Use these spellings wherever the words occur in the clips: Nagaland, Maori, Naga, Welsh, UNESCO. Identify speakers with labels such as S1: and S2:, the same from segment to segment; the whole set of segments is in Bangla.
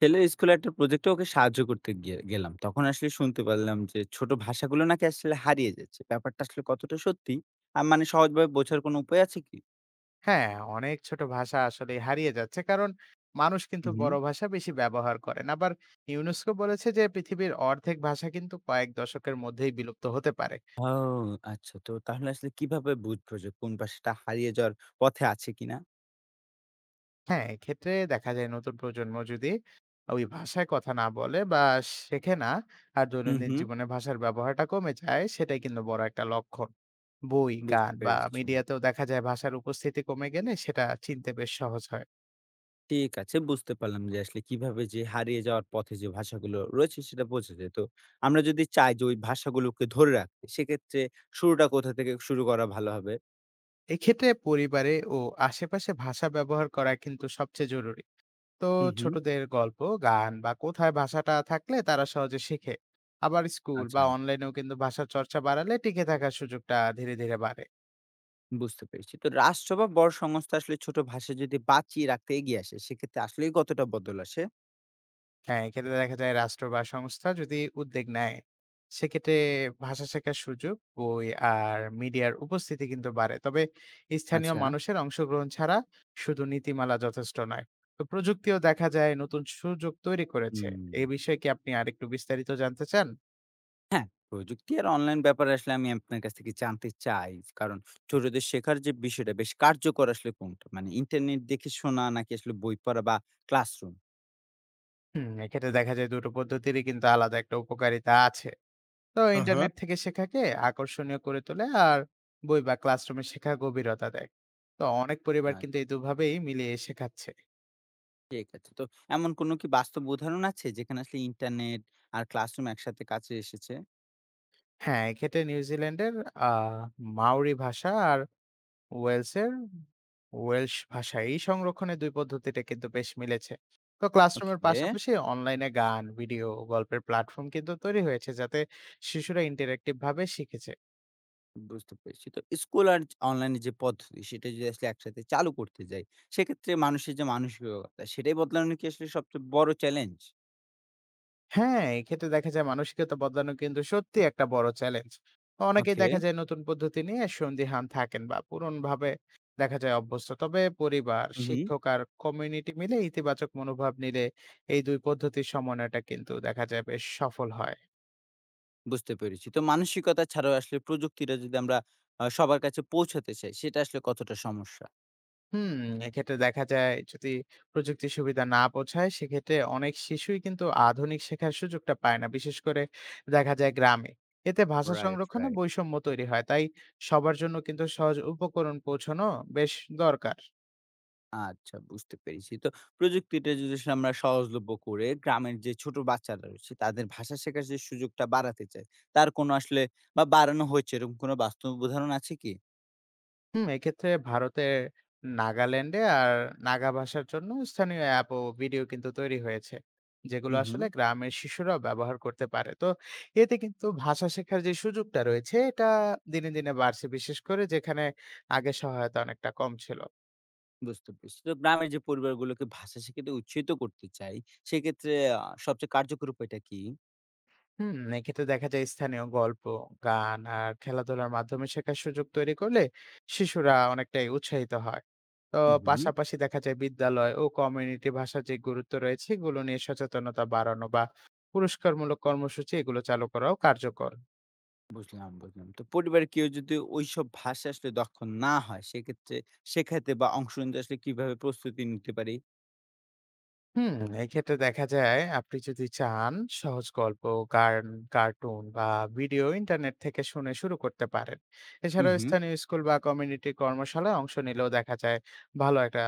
S1: ছেলের স্কুলে একটা প্রজেক্টে ওকে সাহায্য করতে গিয়ে গেলাম। তখন আসলে শুনতে পারলাম যে ছোট ভাষাগুলো নাকি আসলে হারিয়ে যাচ্ছে। ব্যাপারটা আসলে কতটা সত্যি? মানে সহজভাবে বোঝার কোনো উপায় আছে কি?
S2: হ্যাঁ, অনেক ছোট ভাষা আসলে হারিয়ে যাচ্ছে। কারণ মানুষ কিন্তু
S1: হুম, হুম।
S2: বড় ভাষা বেশি ব্যবহার করেন। আবার ইউনেস্কো বলেছে যে পৃথিবীর অর্ধেক ভাষা কিন্তু কয়েক দশকের মধ্যেই বিলুপ্ত হতে পারে।
S1: ও, আচ্ছা। তো তাহলে আসলে কিভাবে বুঝবো যে কোন ভাষাটা হারিয়ে যাওয়ার পথে আছে কিনা?
S2: হ্যাঁ, এক্ষেত্রে দেখা যায় নতুন প্রজন্ম যদি ওই ভাষায় কথা না বলে বা শেখে না, আর
S1: হুম,
S2: দৈনন্দিন
S1: হুম।
S2: জীবনে ভাষার ব্যবহারটা কমে যায়, সেটাই কিন্তু বড় একটা লক্ষণ। বই, গান
S1: বুঝতে
S2: বা
S1: পেরেছি।
S2: মিডিয়াতেও দেখা যায় ভাষার উপস্থিতি কমে গেলে সেটা চিনতে বেশ সহজ হয়।
S1: ঠিক আছে, বুঝতে পারলাম যে আসলে কিভাবে যে হারিয়ে যাওয়ার পথে যে ভাষাগুলো রয়েছে সেটা বোঝা যায়। তো আমরা যদি চাই যে ওই ভাষাগুলোকে ধরে রাখতে সেক্ষেত্রে শুরুটা কোথা থেকে শুরু করা ভালো হবে?
S2: এক্ষেত্রে পরিবারে ও আশেপাশে ভাষা ব্যবহার করা কিন্তু সবচেয়ে জরুরি। তো
S1: হুম, হুম।
S2: ছোটদের গল্প, গান বা কোথায় ভাষাটা থাকলে তারা সহজে শেখে, আবার স্কুল বা
S1: আচ্ছা।
S2: অনলাইনেও কিন্তু ভাষা চর্চা বাড়ালে টিকে থাকার সুযোগটা ধীরে ধীরে বাড়ে।
S1: বুঝতে পেরেছি। তো রাষ্ট্র বা বড় সংস্থা আসলে ছোট ভাষা যদি বাঁচিয়ে রাখতে এগিয়ে আসে, সেক্ষেত্রে আসলেই কতটা বদল আসে?
S2: হ্যাঁ, এক্ষেত্রে দেখা যায় রাষ্ট্র বা সংস্থা যদি উদ্যোগ নেয়, সেক্ষেত্রে ভাষা শেখার সুযোগ, বই আর মিডিয়ার উপস্থিতি কিন্তু বাড়ে। তবে স্থানীয়
S1: আচ্ছা।
S2: মানুষের অংশগ্রহণ ছাড়া শুধু নীতিমালা যথেষ্ট নয়। তো প্রযুক্তিও দেখা যায় নতুন সুযোগ তৈরি করেছে।
S1: হুম,
S2: এই বিষয়ে কি আপনি আরেকটু বিস্তারিত জানতে চান?
S1: হ্যাঁ, প্রযুক্তি আর অনলাইন ব্যাপারে আসলে আমি আপনার কাছ থেকে জানতে চাই। কারণ ছোটদের শেখার যে বিষয়টা বেশ কার্যকর আসলে কোনটা? মানে ইন্টারনেট দেখে শোনা নাকি আসলে বই পড়া বা ক্লাসরুম?
S2: হুম, এক্ষেত্রে দেখা যায় দুটো পদ্ধতিরই কিন্তু আলাদা একটা উপকারিতা আছে। তো
S1: হ্যাঁ।
S2: ইন্টারনেট থেকে শেখাকে আকর্ষণীয় করে তোলে, আর বই বা ক্লাসরুমে শেখা গভীরতা দেয়। তো অনেক পরিবার
S1: আ
S2: কিন্তু এই দুভাবেই মিলিয়ে শেখাচ্ছে।
S1: ঠিক আছে। তো এমন কোনো কি বাস্তব উদাহরণ আছে যেখানে আসলে ইন্টারনেট আর ক্লাসরুম একসাথে কাজে এসেছে?
S2: হ্যাঁ, এক্ষেত্রে নিউজিল্যান্ডের আ মাওরি ভাষা আর ওয়েলসের ওয়েলশ ভাষা, এই সংরক্ষণের ২ পদ্ধতিটা কিন্তু বেশ মিলেছে। তো ক্লাসরুমের
S1: ওকে।
S2: পাশাপাশি অনলাইনে গান, ভিডিও, গল্পের প্ল্যাটফর্ম কিন্তু তৈরি হয়েছে, যাতে শিশুরা ইন্টারেক্টিভ ভাবে শিখেছে।
S1: বুঝতে পেরেছি। তো স্কুল আর অনলাইন যে পদ্ধতি সেটা যদি আসলে একসাথে চালু করতে যাই, সেক্ষেত্রে মানুষের যে মানসিকতা সেটাই বদলানো কি আসলে সবচেয়ে বড় চ্যালেঞ্জ?
S2: হ্যাঁ, এক্ষেত্রে দেখা যায় মানসিকতা বদলানো কিন্তু সত্যি একটা বড় চ্যালেঞ্জ। অনেকেই
S1: ওকে।
S2: দেখা যায় নতুন পদ্ধতি নিয়ে সন্দিহান থাকেন বা পুরনভাবে দেখা যায় অভ্যস্ত। তবে পরিবার,
S1: হুম, হুম,
S2: শিক্ষক আর কমিউনিটি মিলে ইতিবাচক মনোভাব নিলে এই ২ পদ্ধতির সমন্বয়টা কিন্তু দেখা যায় বেশ সফল হয়।
S1: বুঝতে পেরেছি। তো মানসিকতা ছাড়াও আসলে প্রযুক্তিটা যদি আমরা সবার কাছে পৌঁছাতে চাই সেটা আসলে কতটা সমস্যা?
S2: হুম, এক্ষেত্রে দেখা যায় যদি প্রযুক্তির সুবিধা না পৌঁছায়, সেক্ষেত্রে অনেক শিশুই কিন্তু আধুনিক শেখার সুযোগটা পায় না, বিশেষ করে দেখা যায় গ্রামে। এতে ভাষা
S1: রাইট,
S2: সংরক্ষণে
S1: রাইট।
S2: বৈষম্য তৈরি হয়। তাই সবার জন্য কিন্তু সহজ উপকরণ পৌঁছানো বেশ দরকার।
S1: আচ্ছা, বুঝতে পেরেছি। তো প্রযুক্তিটা যদি আসলে আমরা সহজলভ্য করে গ্রামের যে ছোট বাচ্চারা রয়েছে তাদের ভাষা শেখার যে সুযোগটা বাড়াতে চাই, তার কোনো আসলে বা বাড়ানো হয়েছে এরকম কোনো বাস্তব উদাহরণ আছে কি?
S2: হুম, এক্ষেত্রে ভারতের নাগাল্যান্ডে আর নাগা ভাষার জন্য স্থানীয় অ্যাপ ও ভিডিও কিন্তু তৈরি হয়েছে, যেগুলো
S1: হুম, হুম।
S2: আসলে গ্রামের শিশুরাও ব্যবহার করতে পারে। তো এতে কিন্তু ভাষা শেখার যে সুযোগটা রয়েছে এটা দিনে দিনে বাড়ছে, বিশেষ করে যেখানে আগে সহায়তা অনেকটা কম ছিল।
S1: বুঝতে পেরেছি। তো গ্রামের যে পরিবারগুলোকে ভাষা শিখাতে উৎসাহিত করতে চাই, সেক্ষেত্রে সবচেয়ে কার্যকর উপায়টা কি?
S2: হুম, এক্ষেত্রে দেখা যায় স্থানীয় গল্প, গান আর খেলাধুলার মাধ্যমে শেখার সুযোগ তৈরি করলে শিশুরা অনেকটাই উৎসাহিত হয়। তো
S1: হুম, হুম।
S2: পাশাপাশি দেখা যায় বিদ্যালয় ও কমিউনিটি ভাষার যে গুরুত্ব রয়েছে এগুলো নিয়ে সচেতনতা বাড়ানো বা পুরস্কারমূলক কর্মসূচি এগুলো চালু করাও কার্যকর।
S1: বুঝলাম, বুঝলাম। তো পরিবারের কেউ যদি ওইসব ভাষা আসলে দক্ষ না হয়, সেক্ষেত্রে শেখাতে বা অংশ নিতে আসলে কিভাবে প্রস্তুতি নিতে পারি?
S2: হুম, এক্ষেত্রে দেখা যায় আপনি যদি চান সহজ গল্প, গান, কার্টুন বা ভিডিও ইন্টারনেট থেকে শুনে শুরু করতে পারেন।
S1: হুম,
S2: এছাড়াও
S1: হুম।
S2: স্থানীয় স্কুল বা কমিউনিটি কর্মশালায় অংশ নিলেও দেখা যায় ভালো একটা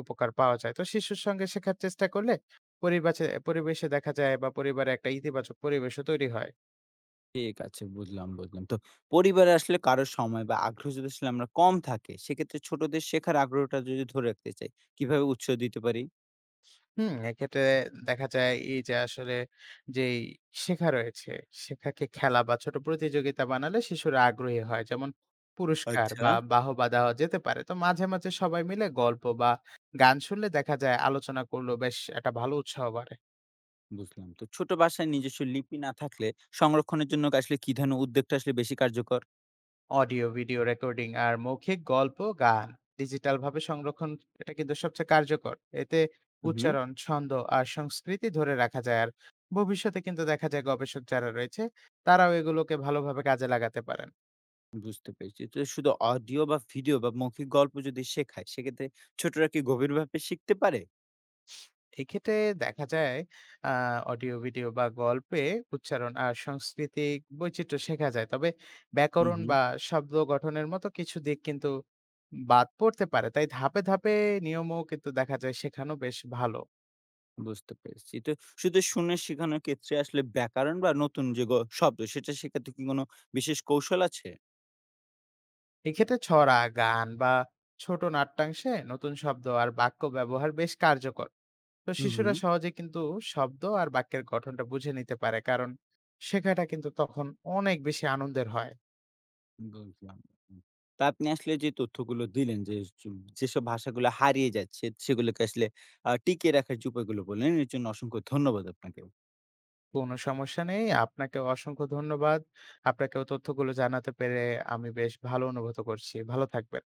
S2: উপকার পাওয়া যায়। তো শিশুর সঙ্গে শেখার চেষ্টা করলে পরিবাচে পরিবেশে দেখা যায় বা পরিবারে একটা ইতিবাচক পরিবেশও তৈরি হয়।
S1: ঠিক আছে, বুঝলাম, বুঝলাম। তো পরিবারে আসলে কারো সময় বা আগ্রহ যদি আসলে আমরা কম থাকে, সেক্ষেত্রে ছোটদের শেখার আগ্রহটা যদি ধরে রাখতে চাই, কিভাবে উৎসাহ দিতে পারি?
S2: হুম, এক্ষেত্রে দেখা যায় এই যে আসলে যেই শেখা রয়েছে, শেখাকে খেলা বা ছোট প্রতিযোগিতা বানালে শিশুরা আগ্রহী হয়। যেমন পুরস্কার
S1: আচ্ছা।
S2: বা বাহবা দেওয়া যেতে পারে। তো মাঝে, মাঝে সবাই মিলে গল্প বা গান শুনলে দেখা যায় আলোচনা করলেও বেশ একটা ভালো উৎসাহ বাড়ে।
S1: বুঝলাম। তো ছোট বাসায় নিজস্ব লিপি না থাকলে সংরক্ষণের জন্য আসলে কি ধরনের উদ্যোগটা আসলে বেশি কার্যকর?
S2: অডিও, ভিডিও রেকর্ডিং আর মৌখিক গল্প, গান ডিজিটালভাবে সংরক্ষণ, এটা কিন্তু সবচেয়ে কার্যকর। এতে
S1: হুম, হুম।
S2: উচ্চারণ, ছন্দ আর সংস্কৃতি ধরে রাখা যায়। আর ভবিষ্যতে কিন্তু দেখা যায় গবেষক যারা রয়েছে তারাও এগুলোকে ভালোভাবে কাজে লাগাতে পারেন।
S1: বুঝতে পেরেছি। তো শুধু অডিও বা ভিডিও বা মৌখিক গল্প যদি শেখায়, সেক্ষেত্রে ছোটরা কি গভীরভাবে শিখতে পারে?
S2: এক্ষেত্রে দেখা যায় আ অডিও, ভিডিও বা গল্পে উচ্চারণ আর সাংস্কৃতিক বৈচিত্র্য শেখা যায়। তবে
S1: হুম,
S2: ব্যাকরণ
S1: হুম।
S2: বা শব্দ গঠনের মতো কিছু দিক কিন্তু বাদ পড়তে পারে। তাই ধাপে, ধাপে নিয়মও কিন্তু দেখা যায় শেখানো বেশ ভালো।
S1: বুঝতে পেরেছি। তো শুধু শুনে শেখানোর ক্ষেত্রে আসলে ব্যাকরণ বা নতুন যে শব্দ সেটা শেখাতে কি কোনো বিশেষ কৌশল আছে?
S2: এক্ষেত্রে ছড়া, গান বা ছোট নাট্যাংশে নতুন শব্দ আর বাক্য ব্যবহার বেশ কার্যকর। তো
S1: হুম,
S2: শিশুরা
S1: হুম।
S2: সহজে কিন্তু শব্দ আর বাক্যের গঠনটা বুঝে নিতে পারে, কারণ শেখাটা কিন্তু তখন অনেক বেশি আনন্দের হয়।
S1: বুঝলাম। হুম। তো আপনি আসলে যে তথ্যগুলো দিলেন যে, সু যেসব ভাষাগুলো হারিয়ে যাচ্ছে সেগুলোকে আসলে টিকিয়ে রাখার যে উপায়গুলো বললেন এর জন্য অসংখ্য ধন্যবাদ আপনাকে।
S2: কোনো সমস্যা নেই। আপনাকে অসংখ্য ধন্যবাদ। আপনাকেও তথ্যগুলো জানাতে পেরে আমি বেশ ভালো অনুভূত করছি। ভালো থাকবেন।